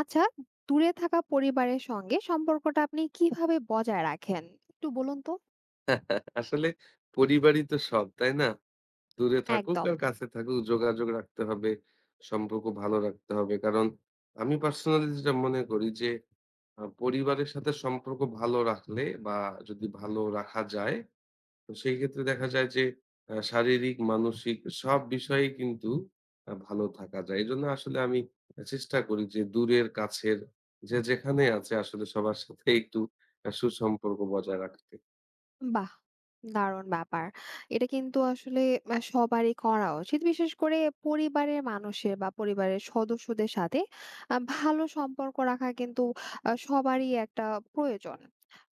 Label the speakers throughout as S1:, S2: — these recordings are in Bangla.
S1: আচ্ছা, দূরে থাকা পরিবারের সঙ্গে সম্পর্কটা আপনি কিভাবে বজায় রাখেন? একটু বলুন তো?
S2: আসলে পরিবারই তো সব, তাই না? দূরে থাকুক
S1: একদম।
S2: আর কাছে থাকুক যোগাযোগ রাখতে হবে, সম্পর্ক ভালো রাখতে হবে। কারণ আমি পার্সোনালি যেটা মনে করি যে পরিবারের সাথে সম্পর্ক ভালো রাখলে বা যদি ভালো রাখা যায়, তো সেই ক্ষেত্রে দেখা যায় যে শারীরিক, মানসিক সব বিষয়েই কিন্তু ভালো থাকা যায়। এজন্য আসলে আমি চেষ্টা করি যে দূরের কাছের যে যেখানে আছে আসলে সবার সাথে একটু সুসম্পর্ক বজায় রাখতে।
S1: বাহ! দারুণ ব্যাপার। এটা কিন্তু আসলে সবারই করা উচিত। বিশেষ করে পরিবারের মানুষের বা পরিবারের সদস্যদের সাথে ভালো সম্পর্ক রাখা কিন্তু সবারই একটা প্রয়োজন।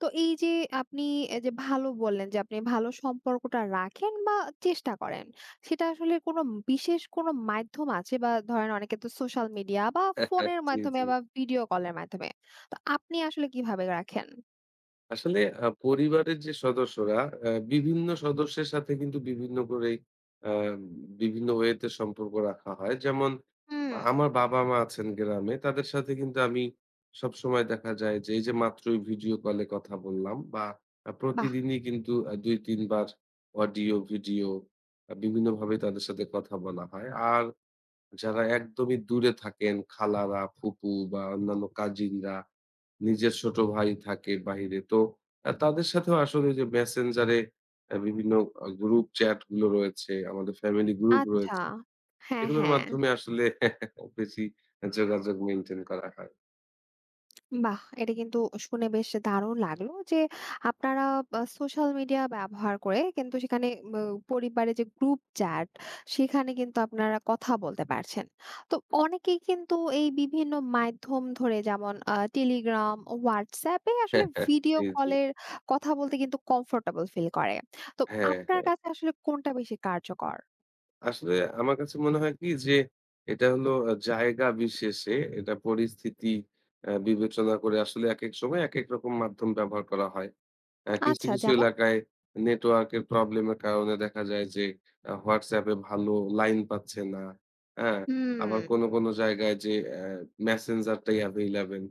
S1: তো এই যে আপনি এই যে ভালো বললেন যে আপনি ভালো সম্পর্কটা রাখেন বা চেষ্টা করেন। সেটা আসলে কোনো বিশেষ কোনো মাধ্যম আছে বা ধরেন অনেকে তো সোশ্যাল মিডিয়া বা ফোনের
S2: জি,
S1: মাধ্যমে
S2: জি।
S1: বা ভিডিও কলের মাধ্যমে। তো আপনি আসলে কিভাবে রাখেন?
S2: আসলে পরিবারের যে সদস্যরা বিভিন্ন সদস্যের সাথে কিন্তু বিভিন্ন করেই আ বিভিন্ন ওয়েতে সম্পর্ক রাখা হয়। যেমন
S1: হুম।
S2: আমার বাবা-মা আছেন গ্রামে, তাদের সাথে কিন্তু আমি সবসময় দেখা যায় যে এই যে মাত্রই ভিডিও কলে কথা বললাম বা
S1: বাহ!
S2: প্রতিদিনই কিন্তু ২-৩ বার অডিও, ভিডিও বিভিন্নভাবে তাদের সাথে কথা বলা হয়। আর যারা একদমই দূরে থাকেন খালারা, ফুপু বা অন্যান্য কাজিনরা, নিজের ছোট ভাই থাকে বাহিরে। তো তাদের সাথেও আসলে যে মেসেঞ্জারে বিভিন্ন গ্রুপ চ্যাট গুলো রয়েছে, আমাদের ফ্যামিলি গ্রুপ
S1: আচ্ছা।
S2: রয়েছে।
S1: হ্যাঁ,
S2: এগুলোর
S1: হ্যাঁ।
S2: মাধ্যমে আসলে বেশি যোগাযোগ মেইনটেইন করা হয়।
S1: বাহ! এটা কিন্তু শুনে বেশ দারুণ লাগলো যে আপনারা সোশ্যাল মিডিয়া ব্যবহার করে কিন্তু সেখানে ব পরিবারে যে গ্রুপ চ্যাট সেখানে কিন্তু আপনারা কথা বলতে পারছেন। তো অনেকেই কিন্তু এই বিভিন্ন মাধ্যম ধরে যেমন Telegram, WhatsApp এ আসলে ভিডিও
S2: জি, জি।
S1: কলের কথা বলতে কিন্তু কমফোর্টেবল ফিল করে। তো
S2: হ্যাঁ,
S1: আপনার
S2: হ্যাঁ।
S1: কাছে আসলে কোনটা বেশি কার্যকর?
S2: আসলে আমার কাছে মনে হয় কি যে এটা হলো জায়গা বিশেষে এটা পরিস্থিতি বিবেচনা করে আসলে একেক সময় একেক রকম মাধ্যম ব্যবহার করা হয়। কিছু,
S1: আচ্ছা
S2: কিছু
S1: যেমন?
S2: এলাকায় নেটওয়ার্কের প্রবলেমের কারণে দেখা যায় যে WhatsApp এ ভালো লাইন পাচ্ছে না। হ্যাঁ?
S1: হুম,
S2: আবার কোনো, কোনো জায়গায় যে Messenger টাই available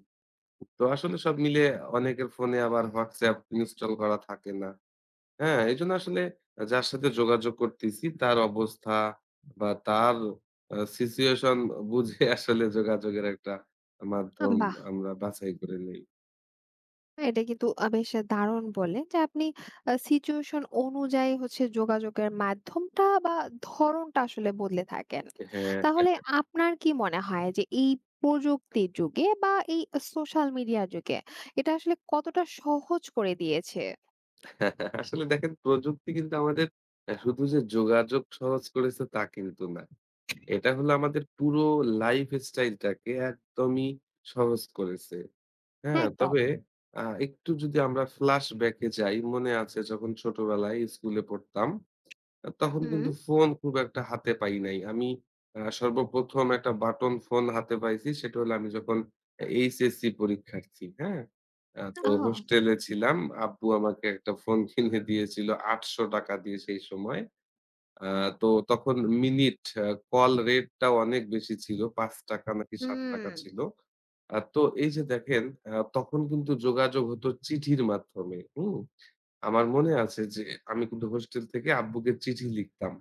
S2: তো আসলে সব মিলে অনেকের ফোনে আবার WhatsApp ইনস্টল করা থাকে না। হ্যাঁ? এজন্য আসলে যার সাথে যোগাযোগ করতেছি তার অবস্থা বা তার সিচুয়েশন বুঝে আসলে যোগাযোগের একটা মাধ্যম
S1: বাহ!
S2: আমরা বাছাই করে নেই।
S1: এটা কিন্তু বেশ দারুণ বললেন যে আপনি সিচুয়েশন অনুযায়ী হচ্ছে যোগাযোগের মাধ্যমটা বা ধরণটা আসলে বদলে থাকেন।
S2: হ্যাঁ।
S1: তাহলে আপনার কি মনে হয় যে এই প্রযুক্তির যুগে বা এই সোশ্যাল মিডিয়া যুগে এটা আসলে কতটা সহজ করে দিয়েছে?
S2: আসলে দেখেন প্রযুক্তি কিন্তু আমাদের শুধু যে যোগাযোগ সহজ করেছে তা কিন্তু না। এটা হলো আমাদের পুরো লাইফ স্টাইলটাকে একদমই সহজ করেছে। হ্যাঁ?
S1: একদম।
S2: তবে আ একটু যদি আমরা ফ্ল্যাশব্যাক এ যাই, মনে আছে যখন ছোটবেলায় স্কুলে পড়তাম তখন
S1: হুম।
S2: কিন্তু ফোন খুব একটা হাতে পাই নাই। আমি সর্বপ্রথম একটা বাটন ফোন হাতে পাইছি। সেটা হলো আমি যখন এইচএসসি পরীক্ষার্থী, হ্যাঁ? তো
S1: আ
S2: হোস্টেলে ছিলাম। আব্বু আমাকে একটা ফোন কিনে দিয়েছিল ৳৮০০ দিয়ে সেই সময়। আ তো তখন মিনিট আ কল রেটটাও অনেক বেশি ছিল। ৳৫ নাকি ৳৭
S1: হুম।
S2: ছিল। তো এই যে দেখেন তখন কিন্তু যোগাযোগ হতো চিঠির মাধ্যমে, হুম? আমার মনে আছে যে আমি কিন্তু হোস্টেল থেকে আব্বুকে চিঠি লিখতাম।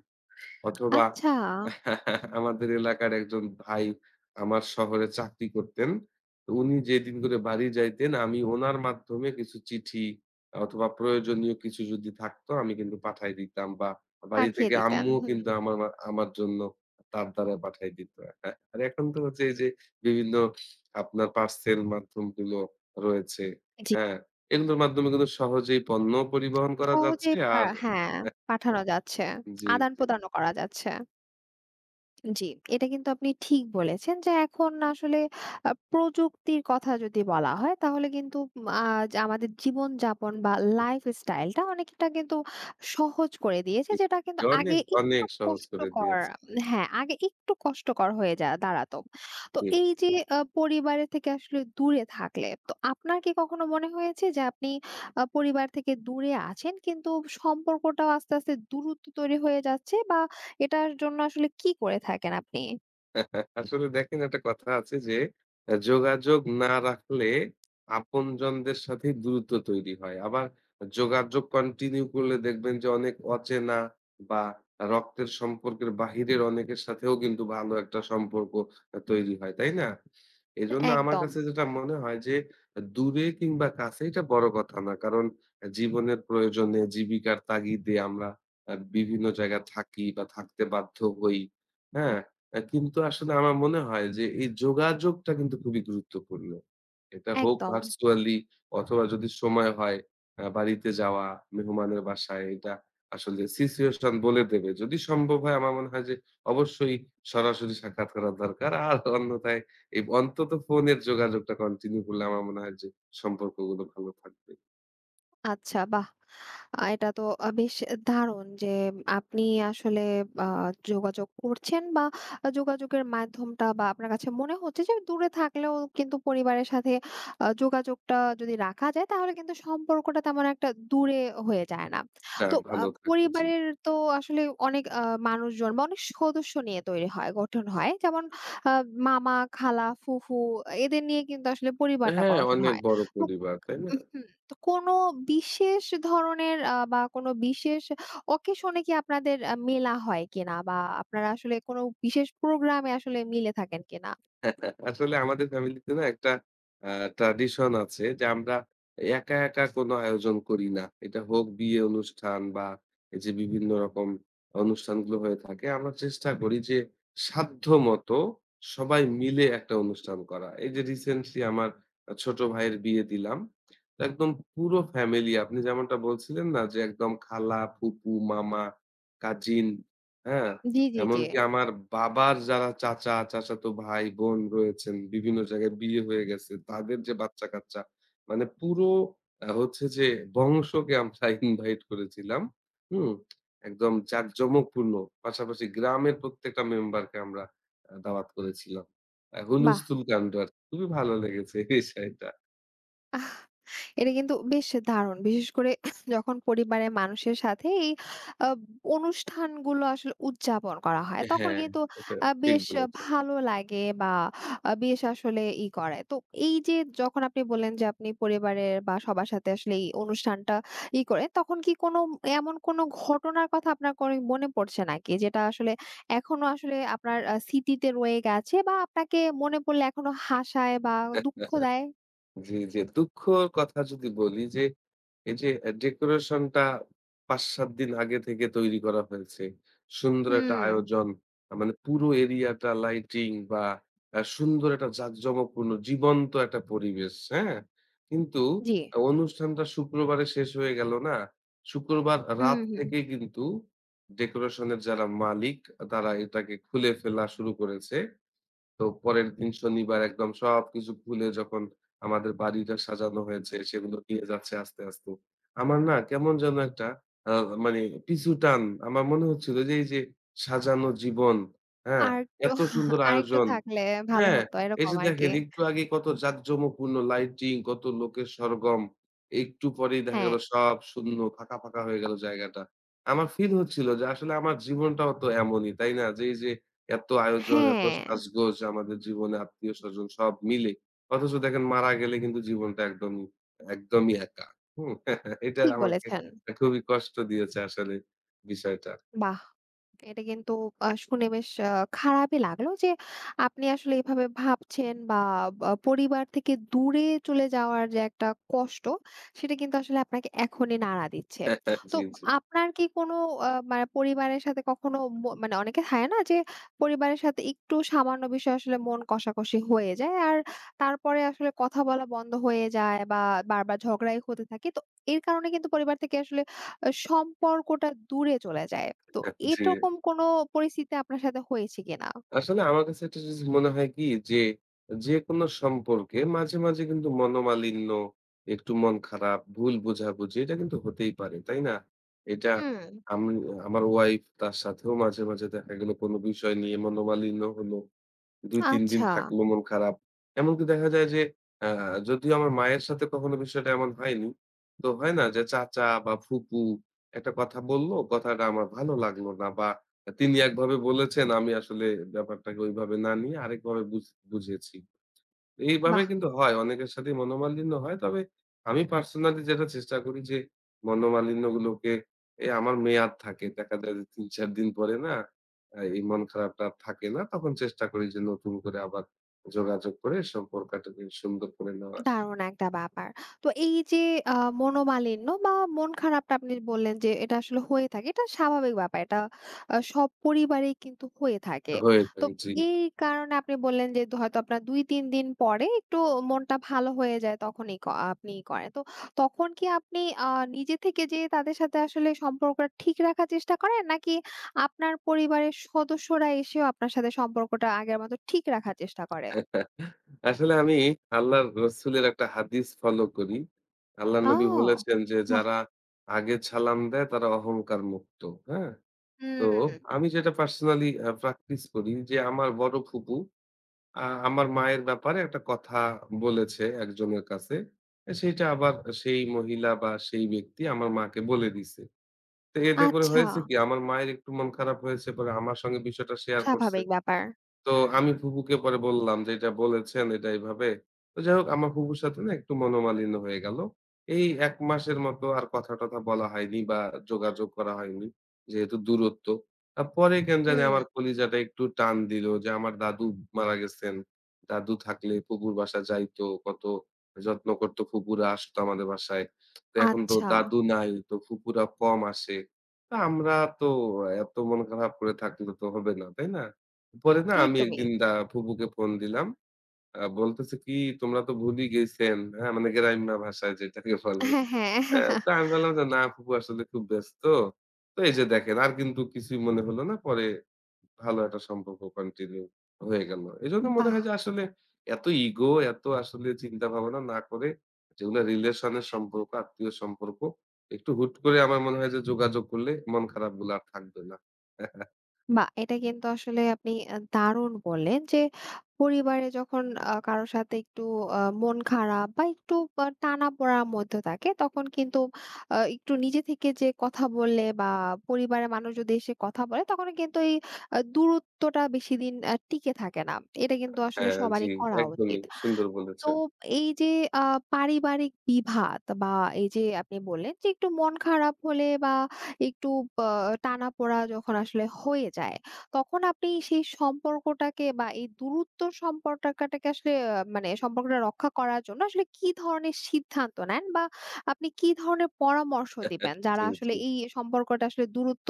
S2: অথবা
S1: আচ্ছা,
S2: আমাদের এলাকার একজন ভাই আমার শহরে চাকরি করতেন। তো উনি যেদিন করে বাড়ি যাইতেন আমি ওনার মাধ্যমে কিছু চিঠি অথবা প্রয়োজনীয় কিছু যদি থাকতো আমি কিন্তু পাঠায় দিতাম বা বাড়ি
S1: পাঠিয়ে
S2: থেকে
S1: দিতেন।
S2: আম্মুও
S1: হুম।
S2: কিন্তু আমার মা আমার জন্য তার দ্বারা পাঠায় দিত। হ্যাঁ, আর এখন তো হচ্ছে এই যে বিভিন্ন আপনার পার্সেল মাধ্যমগুলো রয়েছে।
S1: জি।
S2: হ্যাঁ, এগুলোর মাধ্যমে কিন্তু সহজেই পণ্য পরিবহন করা যাচ্ছে
S1: সহজেই পা
S2: আর
S1: হ্যাঁ,
S2: হ্যাঁ,
S1: পাঠানো যাচ্ছে।
S2: জি।
S1: আদান-প্রদানও করা যাচ্ছে। জি, এটা কিন্তু আপনি ঠিক বলেছেন যে এখন আসলে প্রযুক্তির কথা যদি বলা হয় তাহলে কিন্তু আজ আমাদের জীবনযাপন বা লাইফস্টাইলটা অনেকটা কিন্তু সহজ করে দিয়েছে যেটা
S2: জি,
S1: কিন্তু আগে
S2: অনেক, অনেক
S1: একটু
S2: সহজ করে
S1: কষ্টকর
S2: দিয়েছে।
S1: হ্যাঁ, আগে একটু কষ্টকর হয়ে যা দাঁড়াতো। তো
S2: জি।
S1: এই যে পরিবারের থেকে আসলে দূরে থাকলে তো আপনার কি কখনো মনে হয়েছে যে আপনি পরিবার থেকে দূরে আছেন কিন্তু সম্পর্কটাও আস্তে, আস্তে দূরত্ব তৈরি হয়ে যাচ্ছে বা এটার জন্য আসলে কি করে থাকেন আপনি?
S2: আসলে দেখেন একটা কথা আছে যে যোগাযোগ না রাখলে আপনজনদের সাথে দূরত্ব তৈরি হয়। আবার যোগাযোগ কন্টিনিউ করলে দেখবেন যে অনেক অচেনা বা রক্তের সম্পর্কের বাহিরের অনেকের সাথেও কিন্তু ভালো একটা সম্পর্ক তৈরি হয়, তাই না? এজন্য আমার
S1: একদম,
S2: কাছে যেটা মনে হয় যে দূরে কিংবা কাছে এটা বড় কথা না। কারণ জীবনের প্রয়োজনে জীবিকার তাগিদে আমরা বিভিন্ন জায়গায় থাকি বা থাকতে বাধ্য হই। হ্যাঁ? কিন্তু আসলে আমার মনে হয় যে এই যোগাযোগটা কিন্তু খুবই গুরুত্বপূর্ণ। এটা হোক
S1: একদম।
S2: ভার্চুয়ালি অথবা যদি সময় হয় বাড়িতে যাওয়া, মেহমানের বাসায় এটা আসলে সিচুয়েশন বলে দেবে। যদি সম্ভব হয় আমার মনে হয় যে অবশ্যই সরাসরি সাক্ষাৎ করা দরকার। আর অন্যথায় এই অন্তত ফোনের যোগাযোগটা কন্টিনিউ করলে আমার মনে হয় যে সম্পর্কগুলো ভালো থাকবে।
S1: আচ্ছা বাহ! এটা তো বেশ দারুণ যে আপনি আসলে আ যোগাযোগ করছেন বা যোগাযোগের মাধ্যমটা বা আপনার কাছে মনে হচ্ছে যে দূরে থাকলেও কিন্তু পরিবারের সাথে যোগাযোগটা যদি রাখা যায় তাহলে কিন্তু সম্পর্কটা তেমন একটা দূরে হয়ে যায় না।
S2: না
S1: তো
S2: ভালো থাকবে জি।
S1: পরিবারের তো আসলে অনেক মানুষজন বা অনেক সদস্য নিয়ে তৈরি হয়, গঠন হয়। যেমন আ মামা, খালা, ফুফু এদের নিয়ে কিন্তু আসলে পরিবারটা
S2: হ্যাঁ,
S1: গঠন
S2: অনেক
S1: হয়।
S2: বড়
S1: তো
S2: পরিবার, তাই না?
S1: উহুম, তো কোনো বিশেষ ধরনের বা কোনো বিশেষ অকেশনে কি আপনাদের মেলা হয় কিনা? বা আপনারা আসলে কোনো বিশেষ প্রোগ্রামে আসলে মিলে থাকেন কিনা?
S2: আসলে আমাদের ফ্যামিলিতে না একটা আ ট্র্যাডিশন আছে যে আমরা একা, একা কোনো আয়োজন করি না। এটা হোক বিয়ে অনুষ্ঠান বা এই যে বিভিন্ন রকম অনুষ্ঠানগুলো হয়ে থাকে। আমরা চেষ্টা করি যে সাধ্যমত সবাই মিলে একটা অনুষ্ঠান করা। এই যে রিসেন্টলি আমার ছোট ভাইয়ের বিয়ে দিলাম। তো একদম পুরো ফ্যামিলি আপনি যেমনটা বলছিলেন না যে একদম খালা, ফুপু, মামা, কাজিন, হ্যাঁ?
S1: জি, জি, জি।
S2: এমনকি আমার বাবার যারা চাচা, চাচাতো ভাই, বোন রয়েছেন, বিভিন্ন জায়গায় বিয়ে হয়ে গেছে। তাদের যে বাচ্চা-কাচ্চা মানে পুরো হচ্ছে যে বংশকে আমরা ইনভাইট করেছিলাম। হুম? একদম জাঁকজমকপূর্ণ। পাশাপাশি গ্রামের প্রত্যেকটা মেম্বারকে আমরা দাওয়াত করেছিলাম।
S1: বাহ!
S2: হুলস্থুল কাণ্ড আরকি। খুবই ভালো লেগেছে এই বিষয়টা।
S1: এটা কিন্তু বেশ দারুণ। বিশেষ করে যখন পরিবারের মানুষের সাথে এই আ অনুষ্ঠানগুলো আসলে উদযাপন করা হয়,
S2: হ্যাঁ,
S1: তখন
S2: হ্যাঁ,
S1: কিন্তু
S2: এটা ঠিক
S1: বেশ
S2: বলেছেন।
S1: ভালো লাগে বা বেশ আসলে ই করে। তো এই যে যখন আপনি বললেন যে আপনি পরিবারের বা সবার সাথে আসলে এই অনুষ্ঠানটা ই করে, তখন কি কোনো এমন কোনো ঘটনার কথা আপনার করে মনে পড়ছে নাকি? যেটা আসলে এখনো আসলে আপনার স্মৃতিতে রয়ে গেছে বা আপনাকে মনে পড়লে এখনো হাসায় বা দুঃখ দেয়?
S2: জি, জি। দুঃখর কথা যদি বলি যে, এই যে ডেকোরেশনটা ৫-৭ দিন আগে থেকে তৈরি করা হয়েছে। সুন্দর একটা
S1: হুম,
S2: আয়োজন। মানে পুরো এরিয়াটা লাইটিং বা সুন্দর একটা জাঁকজমকপূর্ণ জীবন্ত একটা পরিবেশ, হ্যাঁ? কিন্তু
S1: জি।
S2: অনুষ্ঠানটা শুক্রবারে শেষ হয়ে গেল না? শুক্রবার
S1: হুম,
S2: রাত
S1: হুম।
S2: থেকেই কিন্তু ডেকোরেশনের যারা মালিক, তারা এটাকে খুলে ফেলা শুরু করেছে। তো পরের দিন শনিবার একদম সবকিছু খুলে যখন আমাদের বাড়িটা সাজানো হয়েছে, সেগুলো নিয়ে যাচ্ছে আস্তে, আস্তে। আমার না কেমন যেন একটা আ মানে পিছু টান। আমার মনে হচ্ছিল যে এই যে সাজানো জীবন, হ্যাঁ?
S1: আরেকটু
S2: এত সুন্দর
S1: আরেকটু
S2: আয়োজন।
S1: থাকলে ভালো
S2: হ্যাঁ,
S1: হতো
S2: এই
S1: এরকম
S2: যে
S1: আরকি।
S2: দেখেন একটু আগে কত জাঁকজমকপূর্ণ লাইটিং, কত লোকের সরগম। একটু পরেই দেখা
S1: হ্যাঁ,
S2: গেল সব শূন্য, ফাঁকা, ফাঁকা হয়ে গেল জায়গাটা। আমার ফিল হচ্ছিল যে আসলে আমার জীবনটাও তো এমনই, তাই না? যে এই যে এত আয়োজন, এত
S1: হ্যাঁ,
S2: সাজগোজ আমাদের জীবনে আত্মীয়স্বজন সব মিলে। অথচ দেখেন মারা গেলে কিন্তু জীবনটা একদমই একদমই একা। হুম? এটা
S1: ঠিক
S2: আমাকে
S1: বলেছেন।
S2: খুবই কষ্ট দিয়েছে আসলে বিষয়টা।
S1: বাহ! এটা কিন্তু শুনে বেশ খারাপই লাগলো যে আপনি আসলে এভাবে ভাবছেন বা বা পরিবার থেকে দূরে চলে যাওয়ার যে একটা কষ্ট, সেটা কিন্তু আসলে আপনাকে এখনই নাড়া দিচ্ছে। তো
S2: জি, জি।
S1: আপনার কি কোনো মানে পরিবারের সাথে কখনো মানে অনেকে থাকে না যে পরিবারের সাথে একটু সামান্য বিষয়ে আসলে মন কষাকষি হয়ে যায় আর তারপরে আসলে কথা বলা বন্ধ হয়ে যায় বা বারবার ঝগড়াই হতে থাকে। তো এর কারণে কিন্তু পরিবার থেকে আসলে সম্পর্কটা দূরে চলে যায়। তো
S2: জি।
S1: এরকম কোনো পরিস্থিতি আপনার সাথে হয়েছে কিনা?
S2: আসলে আমার কাছে একটা জিনিস মনে হয় কি যে, যেকোনো সম্পর্কে মাঝে, মাঝে কিন্তু মনোমালিন্য, একটু মন খারাপ, ভুল বোঝাবুঝি এটা কিন্তু হতেই পারে। তাই না? এটা
S1: হুম।
S2: আমি আমার ওয়াইফ তার সাথেও মাঝে, মাঝে দেখা গেল কোনো বিষয় নিয়ে মনোমালিন্য হলো। ২-৩ দিন
S1: আচ্ছা,
S2: থাকলো মন খারাপ। এমনকি দেখা যায় যে আ যদিও আমার মায়ের সাথে কখনো বিষয়টা এমন হয়নি। তো হয় না যে চাচা বা ফুপু একটা কথা বলল, কথাটা আমার ভালো লাগলো না বা তিনি একভাবে বলেছেন আমি আসলে ব্যাপারটাকে ওইভাবে না নিয়ে আরেকভাবে বুঝেছি। এইভাবে
S1: বাহ!
S2: কিন্তু হয়। অনেকের সাথেই মনোমালিন্য হয়। তবে আমি পার্সোনালি যেটা চেষ্টা করি যে মনোমালিন্যগুলোকে আমার মেয়াদ থাকে। দেখা যায় যে ৩-৪ দিন পরে না এই মন খারাপটা আর থাকে না। তখন চেষ্টা করি যে নতুন করে আবার যোগাযোগ করে সম্পর্কটাকে সুন্দর করে নেওয়া
S1: দারুণ একটা ব্যাপার। তো এই যে আ মনোমালিন্য বা মন খারাপটা আপনি বললেন যে এটা আসলে হয়ে থাকে। এটা স্বাভাবিক ব্যাপার। এটা সব পরিবারেই কিন্তু হয়ে থাকে।
S2: হয়ে
S1: তো
S2: যায়। জি।
S1: এই কারণে আপনি বললেন যে দ হয়তো আপনার ২-৩ দিন পরে একটু মনটা ভালো হয়ে যায় তখনই ক আপনি করেন। তো তখন কি আপনি আ নিজে থেকে যেয়ে তাদের সাথে আসলে সম্পর্কটা ঠিক রাখার চেষ্টা করেন? নাকি আপনার পরিবারের সদস্যরা এসেও আপনার সাথে সম্পর্কটা আগের মতো ঠিক রাখার চেষ্টা করে?
S2: আসলে আমি আল্লাহর রসুলের একটা হাদিস ফলো করি। আল্লাহ নবী
S1: ও!
S2: বলেছেন যে,
S1: বাহ!
S2: "যারা আগে সালাম দেয় তারা অহংকার মুক্ত।" হ্যাঁ? তো
S1: হুম।
S2: আমি যেটা পার্সোনালি প্র্যাকটিস করি যে আমার বড় ফুপু আমার মায়ের ব্যাপারে একটা কথা বলেছে একজনের কাছে। সেইটা আবার সেই মহিলা বা সেই ব্যক্তি আমার মাকে বলে দিছে। তো এতে করে
S1: আচ্ছা,
S2: হয়েছে কি আমার মায়ের একটু মন খারাপ হয়েছে পরে আমার সঙ্গে বিষয়টা শেয়ার করছে।
S1: স্বাভাবিক ব্যাপার।
S2: তো আমি ফুপুকে পরে বললাম যে, "এটা বলেছেন, এটা এভাবে।" তো যাই হোক আমার ফুপুর সাথে না একটু মনোমালিন্য হয়ে গেল। এই ১ মাসের মতো আর কথা-টথা বলা হয়নি বা যোগাযোগ করা হয়নি। যেহেতু দূরত্ব। পরে কেন জানি আমার
S1: হুম।
S2: কলিজাটা একটু টান দিল যে, আমার দাদু মারা গেছেন। দাদু থাকলে ফুপুর বাসায় যাইতো, কত যত্ন করত। ফুপুরা আসতো আমাদের বাসায়। তো এখন তো
S1: আচ্ছা,
S2: দাদু নাই, তো ফুপুরা কম আসে। তো আমরা তো এত মন খারাপ করে থাকলে তো হবে না, তাই না? পরে না আমি
S1: একদমই।
S2: একদিন ফুপুকে ফোন দিলাম। বলতেছে কি তোমরা তো ভুলই গেছেন। হ্যাঁ? মানে গ্রাম্য ভাষায় যেটাকে বলে।
S1: হ্যাঁ, হ্যাঁ।
S2: তো আমি বললাম যে, "না ফুপু আসলে খুব ব্যস্ত।" তো এই যে দেখেন আর কিন্তু কিছুই মনে হলো না। পরে ভালো একটা সম্পর্ক কন্টিনিউ হয়ে গেল। এজন্য মনে
S1: বাহ!
S2: হয় যে আসলে এত ইগো, এত আসলে চিন্তা ভাবনা না করে যেগুলো রিলেশনের সম্পর্ক, আত্মীয় সম্পর্ক একটু হুট করে আমার মনে হয় যে যোগাযোগ করলে মন খারাপগুলো আর থাকবে না।
S1: বাহ! এটা কিন্তু আসলে আপনি দারুণ বললেন যে, পরিবারে যখন কারো সাথে একটু মন খারাপ বা একটু টানাপোড়ার মধ্যে থাকে, তখন কিন্তু একটু নিজে থেকে যে কথা বললে বা পরিবারের মানুষ যদি এসে কথা বলে, তখনও কিন্তু এই দূরত্বটা বেশিদিন টিকে থাকে না। এটা কিন্তু আসলে
S2: হ্যাঁ, জি,
S1: সবারই করা
S2: একদমই
S1: উচিত।
S2: সুন্দর
S1: তো
S2: বলেছেন।
S1: এই যে আ পারিবারিক বিভাদ বা এই যে আপনি বললেন যে একটু মন খারাপ হলে বা একটু আ টানাপোড়া যখন আসলে হয়ে যায়, তখন আপনি সেই সম্পর্কটাকে বা এই দূরত্ব সম্পর্কটাকে আসলে মানে সম্পর্কটা রক্ষা করার জন্য আসলে কি ধরনের সিদ্ধান্ত নেন? বা আপনি কি ধরনের পরামর্শ দিবেন?
S2: জি,
S1: যারা আসলে
S2: জি।
S1: এই সম্পর্কটা আসলে দূরত্ব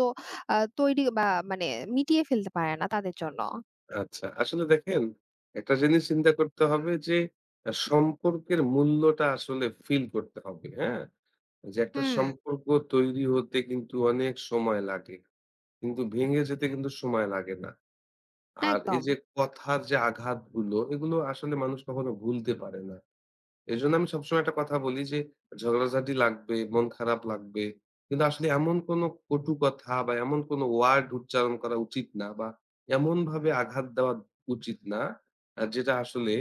S1: তৈরি বা মানে মিটিয়ে ফেলতে পারে না তাদের জন্য?
S2: আচ্ছা। আসলে দেখেন একটা জিনিস চিন্তা করতে হবে যে সম্পর্কের মূল্যটা আসলে ফিল করতে হবে, হ্যাঁ? যে একটা
S1: হুম।
S2: সম্পর্ক তৈরি হতে কিন্তু অনেক সময় লাগে। কিন্তু ভেঙে যেতে কিন্তু সময় লাগে না। আর এই
S1: একদম,
S2: যে কথার যে আঘাতগুলো এগুলো আসলে মানুষ কখনো ভুলতে পারে না। এজন্য আমি সবসময় একটা কথা বলি যে, ঝগড়াঝাটি লাগবে, মন খারাপ লাগবে। কিন্তু আসলে এমন কোনো কটু কথা বা এমন কোনো ওয়ার্ড উচ্চারণ করা উচিত না বা এমনভাবে আঘাত দেওয়া উচিত না, যেটা আসলে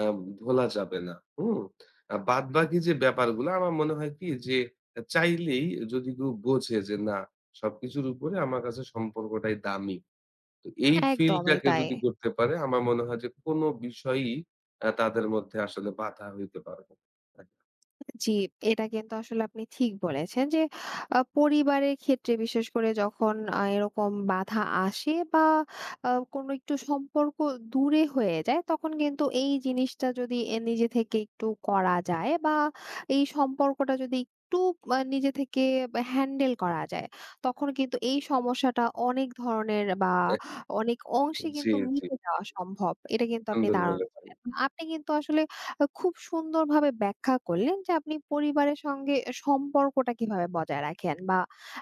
S2: আ ভোলা যাবে না। হুম? বাদবাকি যে ব্যাপারগুলো আমার মনে হয় কি যে, চাইলেই যদি কেউ বোঝে যে না সবকিছুর উপরে আমার কাছে সম্পর্কটাই দামি। তো এই ফিলটা
S1: একদমই
S2: কেউ
S1: তাই।
S2: যদি করতে পারে আমার মনে হয় যে কোন বিষয়ই তাদের মধ্যে আসলে বাধা হইতে পারবে না।
S1: জি, এটা কিন্তু আসলে আপনি ঠিক বলেছেন যে পরিবারের ক্ষেত্রে বিশেষ করে যখন এরকম বাধা আসে বা কোনো একটু সম্পর্ক দূরে হয়ে যায় তখন কিন্তু এই জিনিসটা যদি এ নিজে থেকে একটু করা যায় বা এই সম্পর্কটা যদি একটু নিজে থেকে হ্যান্ডেল করা যায় তখন কিন্তু এই সমস্যাটা অনেক ধরনের বা অনেক অংশে
S2: জি,
S1: কিন্তু
S2: জি।
S1: মিটে যাওয়া সম্ভব। এটা কিন্তু আপনি
S2: সুন্দর
S1: দারুণ
S2: বলেছেন।
S1: বললেন। আপনি কিন্তু আসলে খুব সুন্দরভাবে ব্যাখ্যা করলেন যে আপনি পরিবারের সঙ্গে সম্পর্কটা কিভাবে বজায় রাখেন বা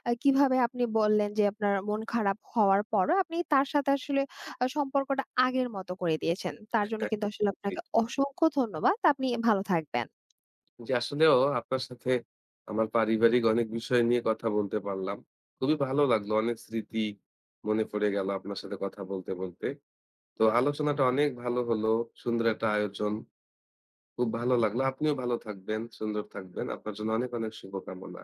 S1: কিভাবে আপনি বললেন যে আপনার মন খারাপ হওয়ার পরও আপনি তার সাথে আসলে সম্পর্কটা আগের মতো করে দিয়েছেন। তার জন্য কিন্তু আসলে
S2: জি।
S1: আপনাকে অসংখ্য ধন্যবাদ। আপনি ভালো থাকবেন।
S2: জি, আসলেও আপনার সাথে আমার পারিবারিক অনেক বিষয় নিয়ে কথা বলতে পারলাম। খুবই ভালো লাগলো। অনেক স্মৃতি মনে পড়ে গেল আপনার সাথে কথা বলতে, বলতে। তো আলোচনাটা অনেক ভালো হলো। সুন্দর একটা আয়োজন। খুব ভালো লাগলো। আপনিও ভালো থাকবেন, সুন্দর থাকবেন। আপনার জন্য অনেক, অনেক শুভকামনা।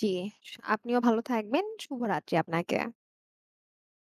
S1: জি, স আপনিও ভালো থাকবেন। শুভরাত্রি আপনাকে।